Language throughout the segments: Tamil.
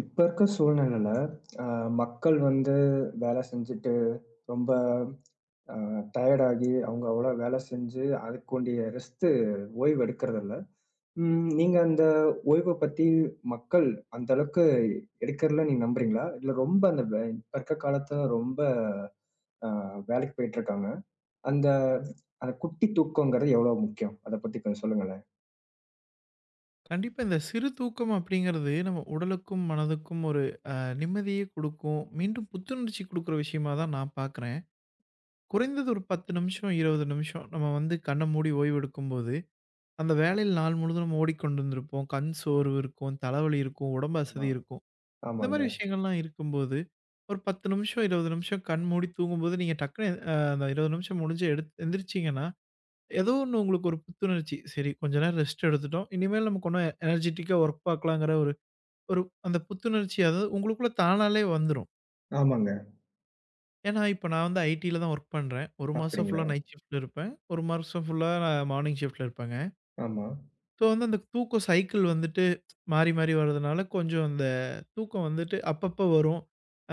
இப்ப இருக்க சூழ்நிலையில, அ மக்கள் வந்து வேலை செஞ்சுட்டு ரொம்ப அ டயர்ட் ஆகி, அவங்க அவ்வளோ வேலை செஞ்சு அதுக்குண்டிய ரெஸ்ட் ஓய்வு எடுக்கிறதில்ல. நீங்க அந்த ஓய்வ பத்தி மக்கள் அந்த அளவுக்கு எடுக்கிறல நீங்க நம்புறீங்களா? இல்ல ரொம்ப அந்த இப்ப இருக்க காலத்துல ரொம்ப அ வேலைக்கு போயிட்டுருக்காங்க. அந்த அந்த குட்டி தூக்கங்கிறது எவ்வளோ முக்கியம்? அத பத்தி கொஞ்சம் சொல்லுங்களேன். கண்டிப்பா இந்த சிறு தூக்கம் அப்படிங்கிறது நம்ம உடலுக்கும் மனதுக்கும் ஒரு நிம்மதியை கொடுக்கும். மீண்டும் புத்துணர்ச்சி கொடுக்குற விஷயமா தான் நான் பார்க்குறேன். குறைந்தது ஒரு பத்து நிமிஷம் இருபது நிமிஷம் நம்ம வந்து கண்ணை மூடி ஓய்வு எடுக்கும்போது அந்த வேலையில் நாள் முழுதும் நம்ம ஓடிக்கொண்டு இருந்திருப்போம். கண் சோர்வு இருக்கும், தலைவலி இருக்கும், உடம்பு ஆமா. அசதி இருக்கும். இந்த ஆமாங்க. மாதிரி விஷயங்கள்லாம் இருக்கும்போது ஒரு பத்து நிமிஷம் இருபது நிமிஷம் கண் மூடி தூங்கும்போது நீங்கள் டக்குன்னு அந்த இருபது நிமிஷம் முடிஞ்சு எந்திரிச்சிங்கன்னா ஏதோ ஒன்று உங்களுக்கு ஒரு புத்துணர்ச்சி. சரி, கொஞ்ச நேரம் ரெஸ்ட் எடுத்துட்டோம், இனிமேல் நமக்கு ஒன்றும் எனர்ஜெட்டிக்காக ஒர்க் பார்க்கலாங்கிற ஒரு அந்த புத்துணர்ச்சி அதாவது உங்களுக்குள்ள தானாலே வந்துரும். ஆமாங்க. ஏன்னா, இப்ப நான் வந்து ஐடில தான் வொர்க் பண்றேன். 1 மாசம் ஃபுல்லா அப்படிங்களா? நைட் ஷிஃப்ட்ல இருப்பேன். 1 மாசம் ஃபுல்லா நான் மார்னிங் ஷிஃப்ட்ல இருப்பேங்க. ஆமா, ஸோ, வந்து அந்த தூக்கம் சைக்கிள் வந்துட்டு மாறி, மாறி வரதுனால கொஞ்சம் அந்த தூக்கம் வந்துட்டு அப்பப்போ வரும்.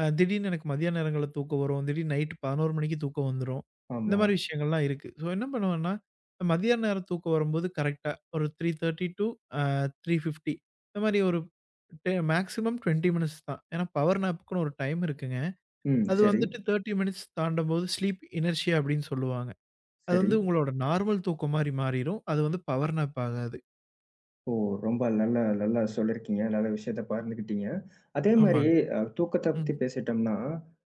திடீர்னு எனக்கு மதியான நேரங்கள்ல தூக்கம் வரும். திடீர்னு நைட்டு 11 மணிக்கு தூக்கம் வந்துரும். இந்த ஆமா. மாரி விஷயங்கள்லாம் இருக்கு. ஸோ, என்ன பண்ணுவேன்னா, மதியான நேரம் தூக்கம் வரும்போது கரெக்ட்டா ஒரு 3:30 டூ அ 3:50 இந்த மாரி ஒரு மேக்ஸிமம் 20 மினிட்ஸ் தான். ஏன்னா பவர் நாப்க்குன்னு ஒரு டைம் இருக்குங்க. ம். அது சரி. வந்துட்டு 30 மினிட்ஸ் தாண்டும்போது ஸ்லீப் இனர்ஷியா அப்படின்னு சொல்லுவாங்க. அது சரி. வந்து உங்களோட நார்மல் தூக்கம் மாரி மாறிரும். அது வந்து பவர் நாப் ஆகாது. ஓ! ரொம்ப நல்லா சொல்லியிருக்கீங்க. நல்ல விஷயத்த பகிர்ந்துக்கிட்டீங்க. அதே மாரி ஆமாங்க. தூக்கத்த ம். பத்தி பேசிட்டோம்னா,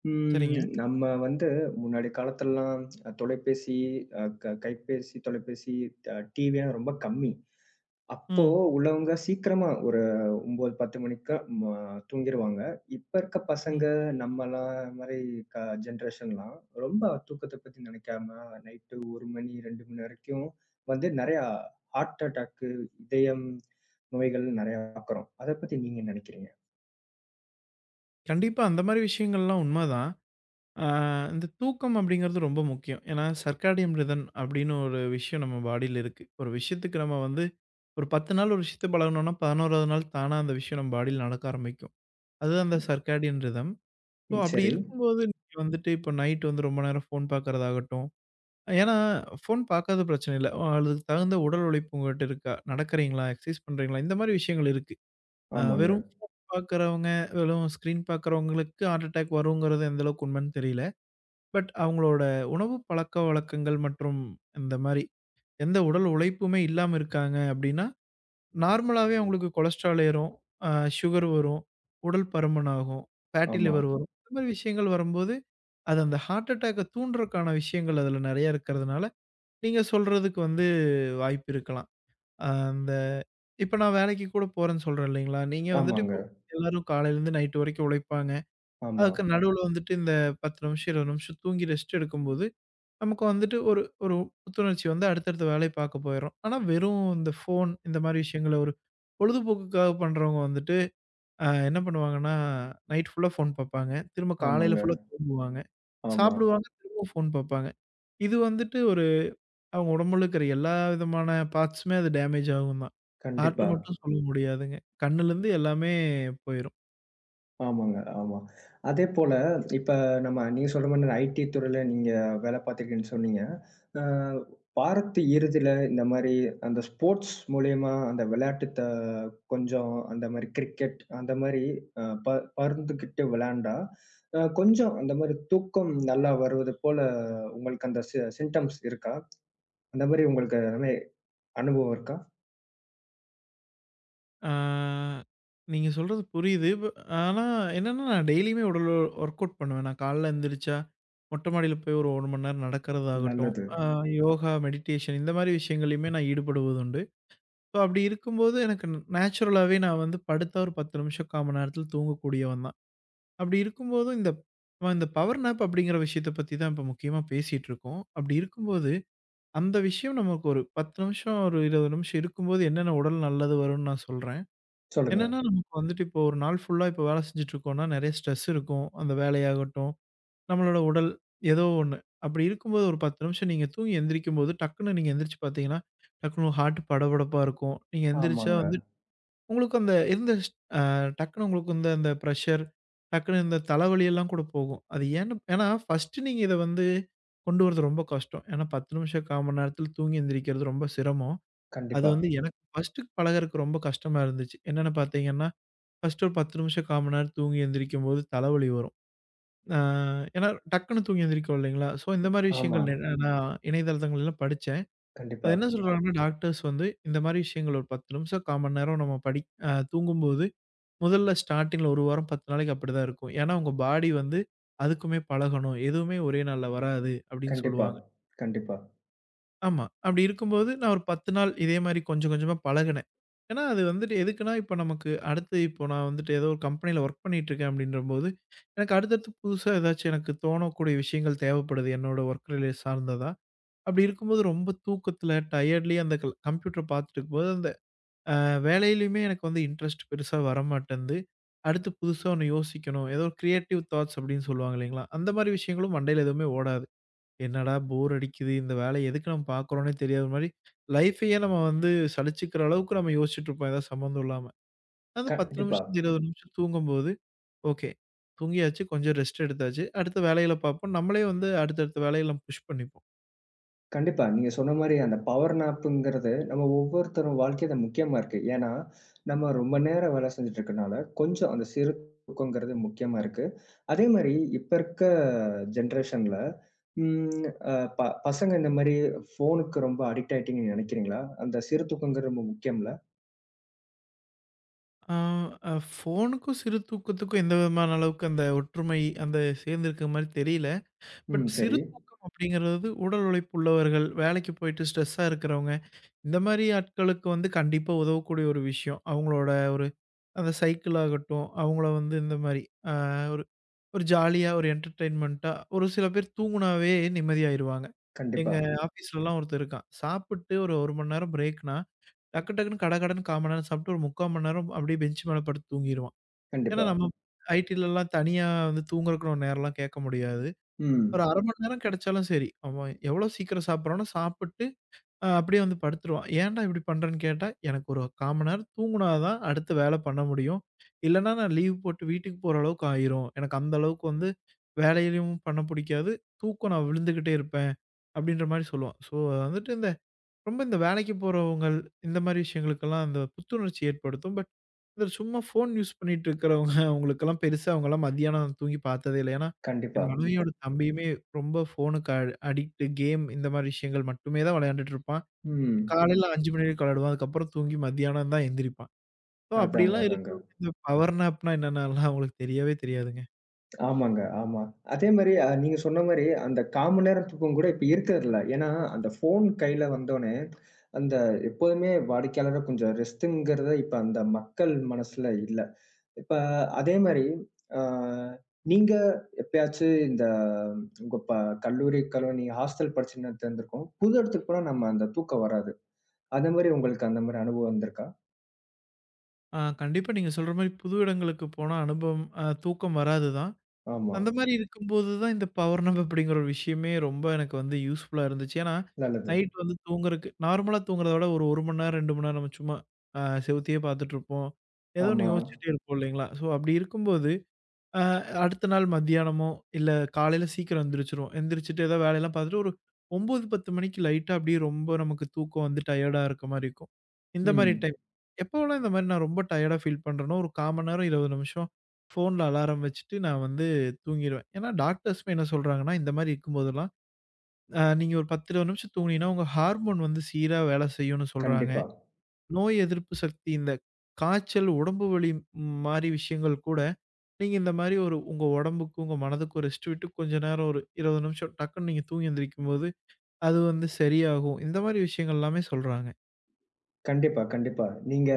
சரிங்க. நம்ம வந்து முன்னாடி காலத்துலலாம் தொலைபேசி, அ க கைபேசி, தொலைபேசி, டிவிலாம் ரொம்ப கம்மி. அப்போ ம், உள்ளவங்க சீக்கிரமா ஒரு 9, 10 மணிக்கு ம தூங்கிருவாங்க. இப்ப இருக்க பசங்க ம். நம்மலாம் மாரி க ஜென்ரேஷன்லாம் ரொம்ப தூக்கத்த பத்தி நினைக்காம நைட்டு 1 மணி, 2 மணி வரைக்கும் வந்து நெறையா ஹார்ட் அட்டாக்கு, இதயம் நோய்கள் நெறையா பாக்குறோம். அத பத்தி நீங்க என்ன நினைக்கிறீங்க? கண்டிப்பா அந்த மாரி விஷயங்கள்லாம் உண்மதான். ஆ இந்த தூக்கம் அப்படிங்கிறது ரொம்ப முக்கியம். ஏன்னா, சர்க்காடியம் ரிதம் அப்படின்னு ஒரு விஷயம் நம்ம பாடியில இருக்கு. ஒரு விஷயத்துக்கு நம்ம வந்து ஒரு 10 நாள் ஒரு விஷயத்த பழகுனோம்னா, 11வது நாள் தானா அந்த விஷயம் நம்ம பாடியில நடக்க ஆரம்பிக்கும். அது அந்த சர்க்காடியன் ரிதம். ஸோ ம். அப்படி சரி. இருக்கும்போது நீங்க வந்துட்டு இப்போ நைட் வந்து ரொம்ப நேரம் ஃபோன் பார்க்கறதாகட்டும், ஏன்னா ஃபோன் பார்க்காதது பிரச்சனை இல்ல. அதுக்கு தகுந்த உடல் உழைப்பு உங்ககிட்ட இருக்கா? நடக்கிறீங்களா? எக்சர்சைஸ் பண்றீங்களா? இந்த மாரி விஷயங்கள் இருக்கு. ஆமாங்க. வெறும் ஃபோன் பார்க்குறவங்க, வெறும் ஸ்க்ரீன் பார்க்குறவங்களுக்கு ஹார்ட் அட்டாக் வருங்கிறது எந்த அளவுக்கு உண்மைன்னு தெரியல. பட் அவங்களோட உணவு பழக்கவழக்கங்கள் மற்றும் இந்த மாரி எந்த உடல் உழைப்புமே இல்லாம இருக்காங்க அப்டின்னா, நார்மலாவே அவங்களுக்கு கொலஸ்ட்ரால் ஏறும், அ சுகர் வரும், உடல் பருமன் ஆகும், ஃபேட்டி ஆமா. லிவர் வரும். இந்த மாரி விஷயங்கள் வரும்போது, அது அந்த ஹார்ட் அட்டாக்க தூண்டுறக்கான விஷயங்கள் அதில நெறைய இருக்கிறதுனால, நீங்க சொல்றதுக்கு வந்து வாய்ப்பு இருக்கலாம். அந்த இப்ப நான் வேலைக்கு கூட போறேன்னு சொல்றேன் இல்லைங்களா? நீங்க வந்துட்டு ஆமாங்க. இப்போ எல்லாரும் காலையிலேருந்து நைட் வரைக்கும் உழைப்பாங்க. ஆமா. அதுக்கு நடுவுல வந்துட்டு இந்த 10 நிமிஷம், 20 நிமிஷம் தூங்கி ரெஸ்ட் எடுக்கும்போது, நமக்கு வந்துட்டு ஒரு ஒரு புத்துணர்ச்சி வந்து அடுத்தடுத்த வேலைய பார்க்க போயிர்றோம். ஆனா வெறும் இந்த ஃபோன் இந்த மாரி விஷயங்கள ஒரு பொழுதுபோக்குக்காக பண்றவங்க வந்துட்டு, என்ன பண்ணுவாங்கன்னா, நைட் ஃபுல்லா ஃபோன் பார்ப்பாங்க. திரும்ப காலையில ஆமாங்க. ஃபுல்லா தூங்குவாங்க. ஆமா. சாப்பிடுவாங்க, திரும்பவும் ஃபோன் பார்ப்பாங்க. இது வந்துட்டு ஒரு அவங்க உடம்புல இருக்கிற எல்லா விதமான பார்ட்ஸுமே அது டேமேஜ் ஆகும் தான். ஹார்ட் கண்டிப்பா. மட்டும் சொல்ல முடியாதுங்க. கண்ணுலருந்து எல்லாமே போயிரும். ஆமாங்க, ஆமா. அதேபோல இப்ப நீங்க சொல்ற மாரி ஐடி துறையில நீங்க வேலை பார்த்துருக்கீங்கன்னு சொன்னீங்க. அ வாரத்து இறுதியில இந்த மாரி அந்த ஸ்போர்ட்ஸ் மூலியமா அந்த விளையாட்டு கொஞ்சம் அந்த மாரி கிரிக்கெட் அந்த மாரி அ ப பருந்துகிட்டு விளையாண்டா, கொஞ்சம் அந்த மாரி தூக்கம் நல்லா வருவது போல உங்களுக்கு அந்த சிம்ப்டம்ஸ் இருக்கா? அந்த மாரி உங்களுக்கு அந்த மாரி அனுபவம் இருக்கா? ஆ நீங்க சொல்றது புரியுது. ஆனா என்னன்னா நான் டெய்லியுமே உடல் ஒர்க் அவுட் பண்ணுவேன். நான் காலைல எந்திரிச்சா, மொட்டை மாடியில போய் ஒரு 1 மணி நேரம் நடக்கிறதாகட்டும், நல்லது. யோகா, மெடிடேஷன் இந்த மாரி விஷயங்கள்லயுமே நான் ஈடுபடுவது உண்டு. ஸோ அப்படி இருக்கும்போது எனக்கு நேச்சுரலாவே நான் வந்து படுத்தா ஒரு 10 நிமிஷம், 1/4 மணி நேரத்தில தூங்கக்கூடியவன் தான். அப்படி இருக்கும்போது இந்த நம்ம இந்த பவர் நேப் அப்படிங்கிற விஷயத்த பத்தி தான் இப்ப முக்கியமா பேசிட்டு இருக்கோம். அப்படி இருக்கும்போது, அந்த விஷயம் நமக்கு ஒரு 10 நிமிஷம், ஒரு 20 நிமிஷம் இருக்கும்போது என்னென்ன உடல் நல்லது வரும்னு நான் சொல்றேன். சொல்லுங்க. என்னன்னா நமக்கு வந்துட்டு இப்போ ஒரு நாள் ஃபுல்லா இப்போ வேலை செஞ்சுட்டு இருக்கோம்னா, நிறைய ஸ்ட்ரெஸ் இருக்கும். அந்த வேலையாகட்டும், நம்மளோட உடல் ஏதோ ஒண்ணு. அப்படி இருக்கும்போது ஒரு 10 நிமிஷம் நீங்க தூங்கி எந்திரிக்கும்போது, டக்குனு நீங்க எந்திரிச்சு பார்த்தீங்கன்னா, டக்குனு ஹார்ட் படபடப்பா இருக்கும். நீங்க எந்திரிச்சா ஆமாங்க. வந்து உங்களுக்கு அந்த இருந்த அ டக்குனு உங்களுக்கு இந்த அந்த பிரஷர், டக்குனு இந்த தலைவலி எல்லாம் கூட போகும். அது ஏன்னு ஏன்னா ஃபர்ஸ்ட்டு நீங்க இத வந்து கொண்டு வரது ரொம்ப கஷ்டம். ஏன்னா 10 நிமிஷம், 1/4 மணி நேரத்தில தூங்கி எந்திரிக்கிறது ரொம்ப சிரமம். அது கண்டிப்பா. வந்து எனக்கு ஃபர்ஸ்ட்டு பழகறக்கு ரொம்ப கஷ்டமா இருந்துச்சு. என்னன்னு பார்த்தீங்கன்னா, ஃபர்ஸ்ட்டு ஒரு 10 நிமிஷம், 1/4 மணி நேரம் தூங்கி எந்திரிக்கும்போது தலைவலி வரும். அ ஏன்னா டக்குனு தூங்கி எந்திரிக்கிறோம் இல்லைங்களா? ஸோ இந்த மாரி ஆமா. விஷயங்கள் நான் இணையதளங்கள்ல படிச்சேன். கண்டிப்பா, அது என்ன சொல்றாங்கன்னா, டாக்டர்ஸ் வந்து இந்த மாரி விஷயங்கள் ஒரு 10 நிமிஷம், 1/4 மணி நேரம் நம்ம படி அ தூங்கும்போது முதல்ல ஸ்டார்ட்டிங்ல 1 வாரம் 10 நாளைக்கு அப்படிதான் இருக்கும். ஏன்னா, உங்க பாடி வந்து அதுக்குமே பழகணும். எதுவுமே ஒரே நாள்ல வராது அப்படின்னு கண்டிப்பா, சொல்லுவாங்க. கண்டிப்பா. கண்டிப்பா. ஆமா. அப்படி இருக்கும்போது நான் ஒரு 10 நாள் இதே மாரி கொஞ்சம் கொஞ்சமா பழகுனேன். ஏன்னா, அது வந்துட்டு எதுக்குன்னா, இப்போ நமக்கு அடுத்து இப்போ நான் வந்துட்டு ஏதோ ஒரு கம்பெனியில ஒர்க் பண்ணிட்டு இருக்கேன் அப்படின்றபோது, எனக்கு அடுத்தடுத்து புதுசா ஏதாச்சும் எனக்கு தோணக்கூடிய விஷயங்கள் தேவைப்படுது. என்னோட ஒர்க் ரிலே சார்ந்ததா. அப்படி இருக்கும்போது ரொம்ப தூக்கத்தில, டயர்ட்லயே அந்த கம்ப்யூட்டர் பார்த்துட்டு இருக்கும்போது அந்த வேலையிலயுமே எனக்கு வந்து இன்ட்ரெஸ்ட் பெருசா வரமாட்டேன்து. அடுத்து புதுசா ஒண்ணு யோசிக்கணும். ஏதோ கிரியேட்டிவ் தாட்ஸ் அப்டின்னு சொல்லுவாங்க இல்லைங்களா? அந்த மாரி விஷயங்களும் மண்டையில எதுவுமே ஓடாது. என்னடா போர் அடிக்குது. இந்த வேலைய எதுக்கு நம்ம பார்க்குறோம்னே தெரியாத மாரி லைஃப்பயே நம்ம வந்து சலிச்சுக்கிற அளவுக்கு நம்ம யோசிச்சுட்டு இருப்போம். ஏதாவது சம்மந்தம் இல்லாம. அது 10 கண்டிப்பா, நிமிஷம் 20 நிமிஷம் தூங்கும்போது, ஓகே தூங்கியாச்சு கொஞ்சம் ரெஸ்ட் எடுத்தாச்சு. அடுத்த வேலைகள பார்ப்போம். நம்மளே வந்து அடுத்தடுத்த வேலைய நம்ம புஷ் பண்ணிப்போம். கண்டிப்பா. நீங்க சொன்ன மாரி அந்த பவர் நாப்புங்கிறது நம்ம ஒவ்வொருத்தரும் வாழ்க்கையில முக்கியமா இருக்கு. ஏன்னா, நம்ம ரொம்ப நேரம் வேலை செஞ்சுட்டு இருக்கனால, கொஞ்சம் அந்த சிறு தூக்கங்கிறது முக்கியமா இருக்கு. அதே மாரி இப்ப இருக்க ஜெனரேஷன்ல ம் அ ப பசங்க இந்த மாரி ஃபோனுக்கு ரொம்ப அடிக்ட் ஆயிட்டீங்கன்னு நெனைக்கிறீங்களா? அந்த சிறு தூக்கங்கிறது ரொம்ப முக்கியம்ல? ஆ அ ஃபோனுக்கும் சிறு தூக்கத்துக்கும் எந்த விதமான அளவுக்கு அந்த ஒற்றுமை, அந்த சேர்ந்து இருக்கிற மாரி தெரியல. பட் ம். சரி. சிறு தூக்கம் அப்படிங்கிறது உடல் உழைப்பு உள்ளவர்கள், வேலைக்கு போயிட்டு ஸ்ட்ரெஸ்ஸா இருக்கிறவங்க, இந்த மாரி ஆட்களுக்கு வந்து கண்டிப்பா உதவக்கூடிய ஒரு விஷயம். அவங்களோட ஒரு அந்த சைக்கிள் ஆகட்டும், அவங்கள வந்து இந்த மாரி அ ஒரு ஒரு ஜாலியா ஒரு என்டர்டெயின்மென்ட்டா ஒரு சில பேர் தூங்குனாவே நிம்மதியாயிருவாங்க. கண்டிப்பா, எங்க ஆஃபீஸ்லலாம் ஒருத்தன் இருக்கான். சாப்பிட்டு ஒரு 1 மணி நேரம் பிரேக்னா, டக்கு டக்குன்னு கடகடன்னு 1/4 மணி நேரம் சாப்பிட்டு ஒரு 3/4 மணி நேரம் அப்படியே பெஞ்ச் மேல படுத்து தூங்கிருவான். ஏன்னா கண்டிப்பா. நம்ம ஐடிலலாம் தனியா வந்து தூங்குறதுக்குன்னு ஒரு நேரம்லாம் கேட்க முடியாது. ஒரு ம். 1/2 மணி நேரம் கிடைச்சாலும் சரி, அவன் எவ்வளோ சீக்கிரம் சாப்பிடுறானோ சாப்பிட்டு, அப்படியே வந்து படுத்துருவான். ஏன்டா இப்படி பண்றேன்னு கேட்டா, எனக்கு ஒரு 1/4 மணி நேரம் தூங்குனா தான் அடுத்த வேலை பண்ண முடியும். இல்லன்னா நான் லீவ் போட்டு வீட்டுக்கு போற அளவுக்கு ஆயிரும். எனக்கு அந்த அளவுக்கு வந்து வேலையிலயும் பண்ண புடிக்காது. தூக்கம் நான் விழுந்துகிட்டே இருப்பேன். அப்படின்ற மாரி சொல்லுவான். ஸோ, அது வந்துட்டு இந்த ரொம்ப இந்த வேலைக்கு போறவங்கள், இந்த மாரி விஷயங்களுக்கெல்லாம் அந்த புத்துணர்ச்சி ஏற்படுத்தும். பட் இந்த சும்மா ஃபோன் யூஸ் பண்ணிட்டு இருக்கிறவங்க அவங்களுக்கெல்லாம் பெருசா அவங்கலாம் மதியானம் தூங்கி பார்த்ததே இல்ல. ஏன்னா, கண்டிப்பா. என் மனைவியோட தம்பியுமே ரொம்ப ஃபோனுக்கு அடிக்ட் கேம் இந்த மாரி விஷயங்கள் மட்டுமே தான் விளையாண்டுட்டு இருப்பான். ம். காலையில 5 மணி வரைக்கும் விளையாடுவான். அதுக்கப்புறம் தூங்கி மத்தியானம் தான் எந்திரிப்பான். ஸோ அதாங்க, அப்படிலாம் அதாங்க. இருக்கிறவங்க இந்த பவர் நாப்னா என்னன்னலாம் அவங்களுக்கு தெரியவே தெரியாதுங்க. ஆமாங்க. ஆமா. அதே மாரி நீங்க சொன்ன மாரி அந்த 1/4 மணி நேரம் தூக்கம் கூட இப்ப இருக்கறதில்ல. ஏன்னா, அந்த ஃபோன் கையில வந்தோனே, அந்த எப்போதுமே வாடிக்கையாளர கொஞ்சம் ரெஸ்ட்டுங்கிறத இப்ப அந்த மக்கள் மனசுல இல்ல. இப்ப அதே மாரி அ நீங்க எப்பயாச்சு இந்த உங்க கல்லூரி காலம் நீங்க ஹாஸ்டல் படிச்ச நேரத்துல இருந்திருக்கும். புது இடத்துக்கு போனா நம்ம அந்த தூக்கம் வராது. அதே மாரி உங்களுக்கு அந்த மாரி அனுபவம் வந்திருக்கா? கண்டிப்பா நீங்க சொல்ற மாரி புது இடங்களுக்கு போனா அனுபவம் தூக்கம் வராது தான். ஆமா. அந்த மாரி இருக்கும்போது தான் இந்த பவர் நாப் அப்படிங்கிற ஒரு விஷயமே ரொம்ப எனக்கு வந்து யூஸ்ஃபுல்லா இருந்துச்சு. ஏன்னா, நல்லது. நைட் வந்து தூங்குறக்கு நார்மலா தூங்குறத விட ஒரு 1 மணி நேரம், 2 மணி நேரம் நம்ம சும்மா செவுத்தையே பார்த்துட்டுருப்போம். ஏதோ ஆமா. ஒண்ணு யோசிச்சுட்டே இருப்போம் இல்லைங்களா? ஸோ அப்படி இருக்கும்போது அ அடுத்த நாள் மத்தியானமோ, இல்ல காலையில சீக்கிரம் எந்திரிச்சுருவோம். எந்திரிச்சுட்டு ஏதாவது வேலையெல்லாம் பார்த்துட்டு ஒரு 9, 10 மணிக்கு லைட்டா அப்படியே ரொம்ப நமக்கு தூக்கம் வந்து டயர்டா இருக்க மாரி இருக்கும். இந்த மாரி ம். டைம் எப்போலாம் இந்த மாரி நான் ரொம்ப டயர்டா ஃபீல் பண்றேனோ, ஒரு 1/4 மணி நேரம், 20 நிமிஷம் ஃபோன்ல அலாரம் வச்சுட்டு நான் வந்து தூங்கிருவேன். ஏன்னா டாக்டர்ஸுமே என்ன சொல்றாங்கன்னா, இந்த மாரி இருக்கும்போதெல்லாம், நீங்க ஒரு 10, 20 நிமிஷம் தூங்குனீங்கன்னா, உங்க ஹார்மோன் வந்து சீரா வேலை செய்யும்னு சொல்றாங்க. கண்டிப்பா. நோய் எதிர்ப்பு சக்தி, இந்த காய்ச்சல், உடம்பு வலி மாரி விஷயங்கள் கூட நீங்க இந்த மாரி ஒரு உங்க உடம்புக்கு, உங்க மனதுக்கு ஒரு ரெஸ்ட் விட்டு கொஞ்ச நேரம் ஒரு 20 நிமிஷம் டக்குன்னு நீங்க தூங்கி எந்திரிக்கும்போது, அது வந்து சரியாகும். இந்த மாரி விஷயங்கள் எல்லாமே சொல்றாங்க. கண்டிப்பா, கண்டிப்பா. நீங்க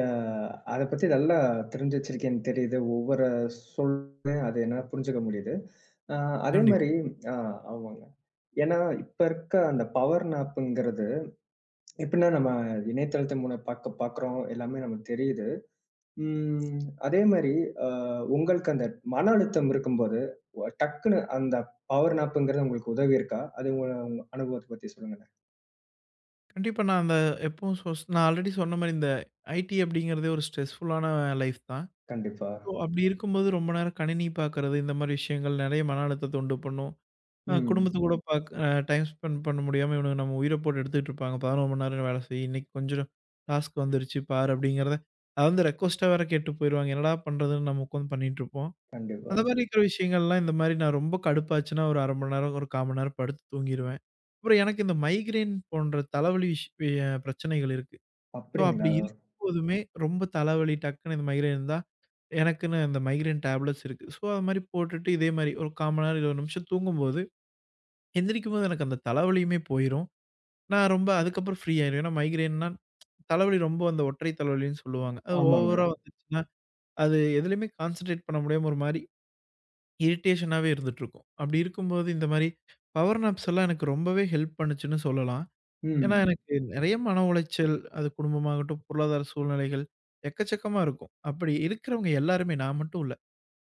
அத பத்தி நல்லா தெரிஞ்சு வச்சிருக்கீங்கன்னு தெரியுது. ஒவ்வொரு சொல்லும் அது என்னால புரிஞ்சுக்க முடியுது. அ அதே கண்டிப்பா. மாரி அ ஆமாங்க. ஏன்னா, இப்ப இருக்க அந்த பவர் நாப்புங்கிறது எப்படின்னா நம்ம இணையதளத்தின் மூலம் பாக்க பாக்குறோம். எல்லாமே நமக்கு தெரியுது. ம் அதே மாரி அ உங்களுக்கு அந்த மன அழுத்தம் இருக்கும்போது, டக்குன்னு அந்த பவர் நாப்புங்கிறது உங்களுக்கு உதவி இருக்கா? அது உங்க உங்க அனுபவத்த பத்தி சொல்லுங்களேன். கண்டிப்பா நான் அந்த எப்பவும் நான் ஆல்ரெடி சொன்ன மாரி இந்த ஐடி அப்படிங்கிறதே ஒரு ஸ்ட்ரெஸ்ஃபுல்லான லைஃப் தான். கண்டிப்பா. ஸோ அப்படி இருக்கும்போது ரொம்ப நேரம் கணினி பார்க்கறது, இந்த மாரி விஷயங்கள் நெறைய மன அழுத்தத்த உண்டு பண்ணும். ம். குடும்பத்து கூட பாக் அ டைம் ஸ்பெண்ட் பண்ண முடியாம இவனுங்க நம்ம உயிர போட்டு எடுத்துட்டு இருப்பாங்க. 11 மணி நேரம் வேலை செய், இன்னைக்கு கொஞ்சம் டாஸ்க் வந்துருச்சு பாரு அப்படிங்கிறத, அத வந்து ரெக்வெஸ்ட்டா வேற கேட்டு போயிருவாங்க. என்னடா பண்றதுன்னு நம்ம உட்காந்து பண்ணிட்டு இருப்போம். கண்டிப்பா. அந்த மாரி இருக்கிற விஷயங்கள்லாம் இந்த மாரி நான் ரொம்ப கடுப்பாச்சுன்னா ஒரு 1/2 மணி நேரம், ஒரு 1/4 மணி நேரம் படுத்து தூங்கிருவேன். அப்புறம் எனக்கு இந்த மைக்ரேன் போன்ற தலைவலி விஷ் அ பிரச்சனைகள் இருக்கு. ஸோ அப்படிங்களா? அப்படி இருக்கும்போதுமே ரொம்ப தலைவலி டக்குன்னு இந்த மைக்ரேன் இருந்தா, எனக்குன்னு அந்த மைக்ரேன் டேப்லெட்ஸ் இருக்கு. ஸோ அது மாரி போட்டுட்டு இதே மாரி ஒரு 1/4 மணி நேரம், 20 நிமிஷம் தூங்கும்போது எந்திரிக்கும்போது எனக்கு அந்த தலைவலியுமே போயிரும். நான் ரொம்ப அதுக்கப்புறம் ஃப்ரீ ஆயிருவேன். ஏன்னா மைக்ரேன்னா தலைவலி ரொம்ப அந்த ஒற்றை தலைவலின்னு சொல்லுவாங்க. அது ஆமாங்க. ஓவரா வந்துருச்சுன்னா, அது எதுலயுமே கான்சன்ட்ரேட் பண்ண முடியாம ஒரு மாரி இரிட்டேஷனாவே இருந்துட்டுருக்கும். அப்படி இருக்கும்போது இந்த மாரி பவர் நாப்ஸ் எல்லாம் எனக்கு ரொம்பவே ஹெல்ப் பண்ணுச்சுன்னு சொல்லலாம். ஏன்னா ம். எனக்கு நெறைய மன உளைச்சல், அது குடும்பமாகட்டும், பொருளாதார சூழ்நிலைகள் எக்கச்சக்கமா இருக்கும். அப்படி இருக்கிறவங்க எல்லாருமே, நான் மட்டும் இல்ல.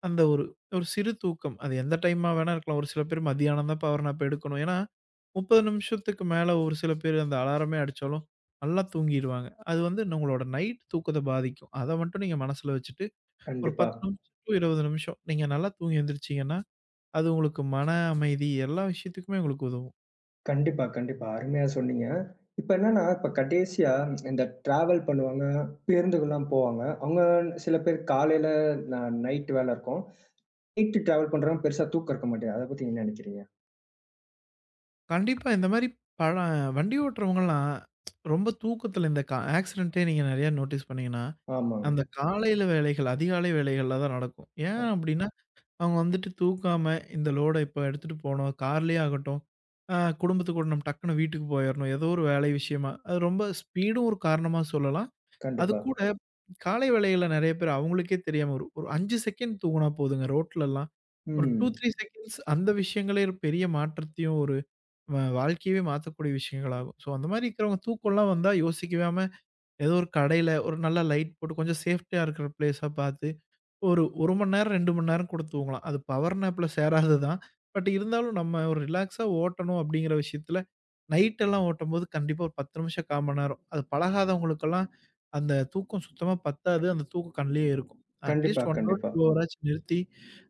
அந்த ஒரு ஒரு சிறு தூக்கம். அது எந்த டைமா வேணா இருக்கலாம். ஒரு சில பேர் மதியானம் தான் பவர் நாப் எடுக்கணும். ஏன்னா, 30 நிமிஷத்துக்கு மேல ஒரு சில பேர் அந்த அலாரமே அடிச்சாலும் நல்லா தூங்கிருவாங்க. அது வந்து உங்களோட நைட் தூக்கத்த பாதிக்கும். அத மட்டும் நீங்க மனசுல வச்சுட்டு, ஒரு கண்டிப்பா. 10 நிமிஷம் டூ 20 நிமிஷம் நீங்க நல்லா தூங்கி எந்திரிச்சீங்கன்னா, அது உங்களுக்கு மன அமைதி எல்லா விஷயத்துக்குமே உங்களுக்கு உதவும். கண்டிப்பா, கண்டிப்பா. அருமையா சொன்னீங்க. இப்ப என்னன்னா, இப்ப கடைசியா இந்த டிராவல் பண்ணுவாங்க, பேருந்துகள்லாம் போவாங்க. அவங்க சில பேர் காலையில ந நைட் வேலை இருக்கும். நைட்டு டிராவல் பண்றவங்க பெருசா தூக்கம் இருக்க மாட்டேங்குது. அத பத்தி என்ன நினைக்கிறீங்க? கண்டிப்பா இந்த மாரி பழ வண்டி ஓட்டுறவங்கலாம் ரொம்ப தூக்கத்துல இந்த ஆக்சிடென்ட்டே நீங்க நெறையா நோட்டீஸ் பண்ணீங்கன்னா, ஆமாங்க. அந்த காலையில வேலைகள், அதிகாலை வேலைகள்ல தான் நடக்கும். அ ஏன் அப்டின்னா அவங்க வந்துட்டு தூக்காம இந்த லோட இப்ப எடுத்துட்டு போணும். கார்லயே ஆகட்டும், குடும்பத்து கூட நம்ம டக்குனு வீட்டுக்கு போயிறணும். ஏதோ ஒரு வேலை விஷயமா. அது ரொம்ப ஸ்பீடும் ஒரு காரணமா சொல்லலாம். அது கண்டிப்பா. கூட காலை வேளைகள்ல நெறைய பேர் அவங்களுக்கே தெரியாம ஒரு ஒரு 5 செகண்ட் தூங்குனா போதுங்க ரோட்லலாம். ஒரு 2, ம். 3 செகண்ட்ஸ் அந்த விஷயங்களே ஒரு பெரிய மாற்றத்தையும், ஒரு வாழ்க்கையவே மாத்தக்கூடிய விஷயங்களாகும். ஸோ அந்த மாரி இருக்கிறவங்க தூக்கம்லாம் வந்தா யோசிக்காம ஏதோ ஒரு கடையில ஒரு நல்ல லைட் போட்டு கொஞ்சம் சேஃப்டியா இருக்கிற பிளேஸா பாத்து ஒரு 1 மணி நேரம், 2 மணி நேரம் கூட தூங்கலாம். அது பவர் நேப்ல சேராதது தான். பட் இருந்தாலும் நம்ம ஒரு ரிலாக்ஸா ஓட்டணும் அப்படிங்கிற விஷயத்துல, நைட் எல்லாம் ஓட்டும்போது கண்டிப்பா ஒரு 10 நிமிஷம், 1/4 மணி நேரம். அது பழகாதவங்களுக்கெல்லாம் அந்த தூக்கம் சுத்தமா பத்தாது. அந்த தூக்கம் கண்லயே இருக்கும். கண்டிப்பா, அட்லீஸ்ட் 1 ஹவர், கண்டிப்பா. 2 ஹவர் ஆச்சும் நிறுத்தி,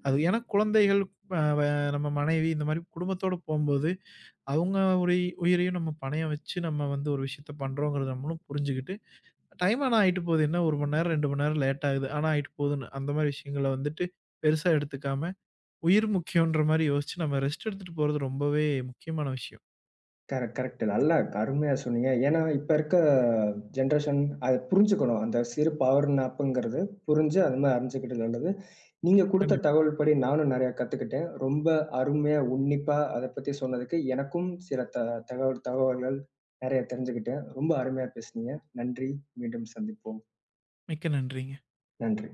அது ஏன்னா குழந்தைகள் அ வ நம்ம மனைவி இந்த மாரி குடும்பத்தோட போம்போது, அவங்க உரி உயிரையும் நம்ம பணயம் வச்சு நம்ம வந்து ஒரு விஷயத்த பண்றோங்கிறத நம்மளும் புரிஞ்சுகிட்டு டைம் ஆனா ஆயிட்டு போகுது. என்ன 1 மணி நேரம், 2 மணி நேரம் லேட் ஆகுது. ஆனா ஆயிட்டு போகுதுன்னு. அந்த மாரி விஷயங்கள வந்துட்டு பெருசா எடுத்துக்காம, உயிர் முக்கியம்ன்ற மாரி யோசிச்சு நம்ம ரெஸ்ட் எடுத்துட்டு போறது ரொம்பவே முக்கியமான விஷயம். கரெக்ட். நல்லா அருமையா சொன்னீங்க. ஏன்னா, இப்ப இருக்க ஜென்ரேஷன் அத புரிஞ்சுக்கணும். அந்த சிறு பவர் நாப்புங்கிறது புரிஞ்சு அது மாரி அறிஞ்சுக்கிட்டு நல்லது. நீங்க குடுத்த கண்டிப்பா. தகவல்படி நானும் நெறையா கத்துக்கிட்டேன். ரொம்ப அருமையா, உன்னிப்பா அத பத்தி சொன்னதுக்கு எனக்கும் சில த தகவல் தகவல்கள் நெறைய தெரிஞ்சுக்கிட்டேன். ரொம்ப அருமையா பேசுனீங்க. நன்றி. மீண்டும் சந்திப்போம். மிக்க நன்றிங்க. நன்றி.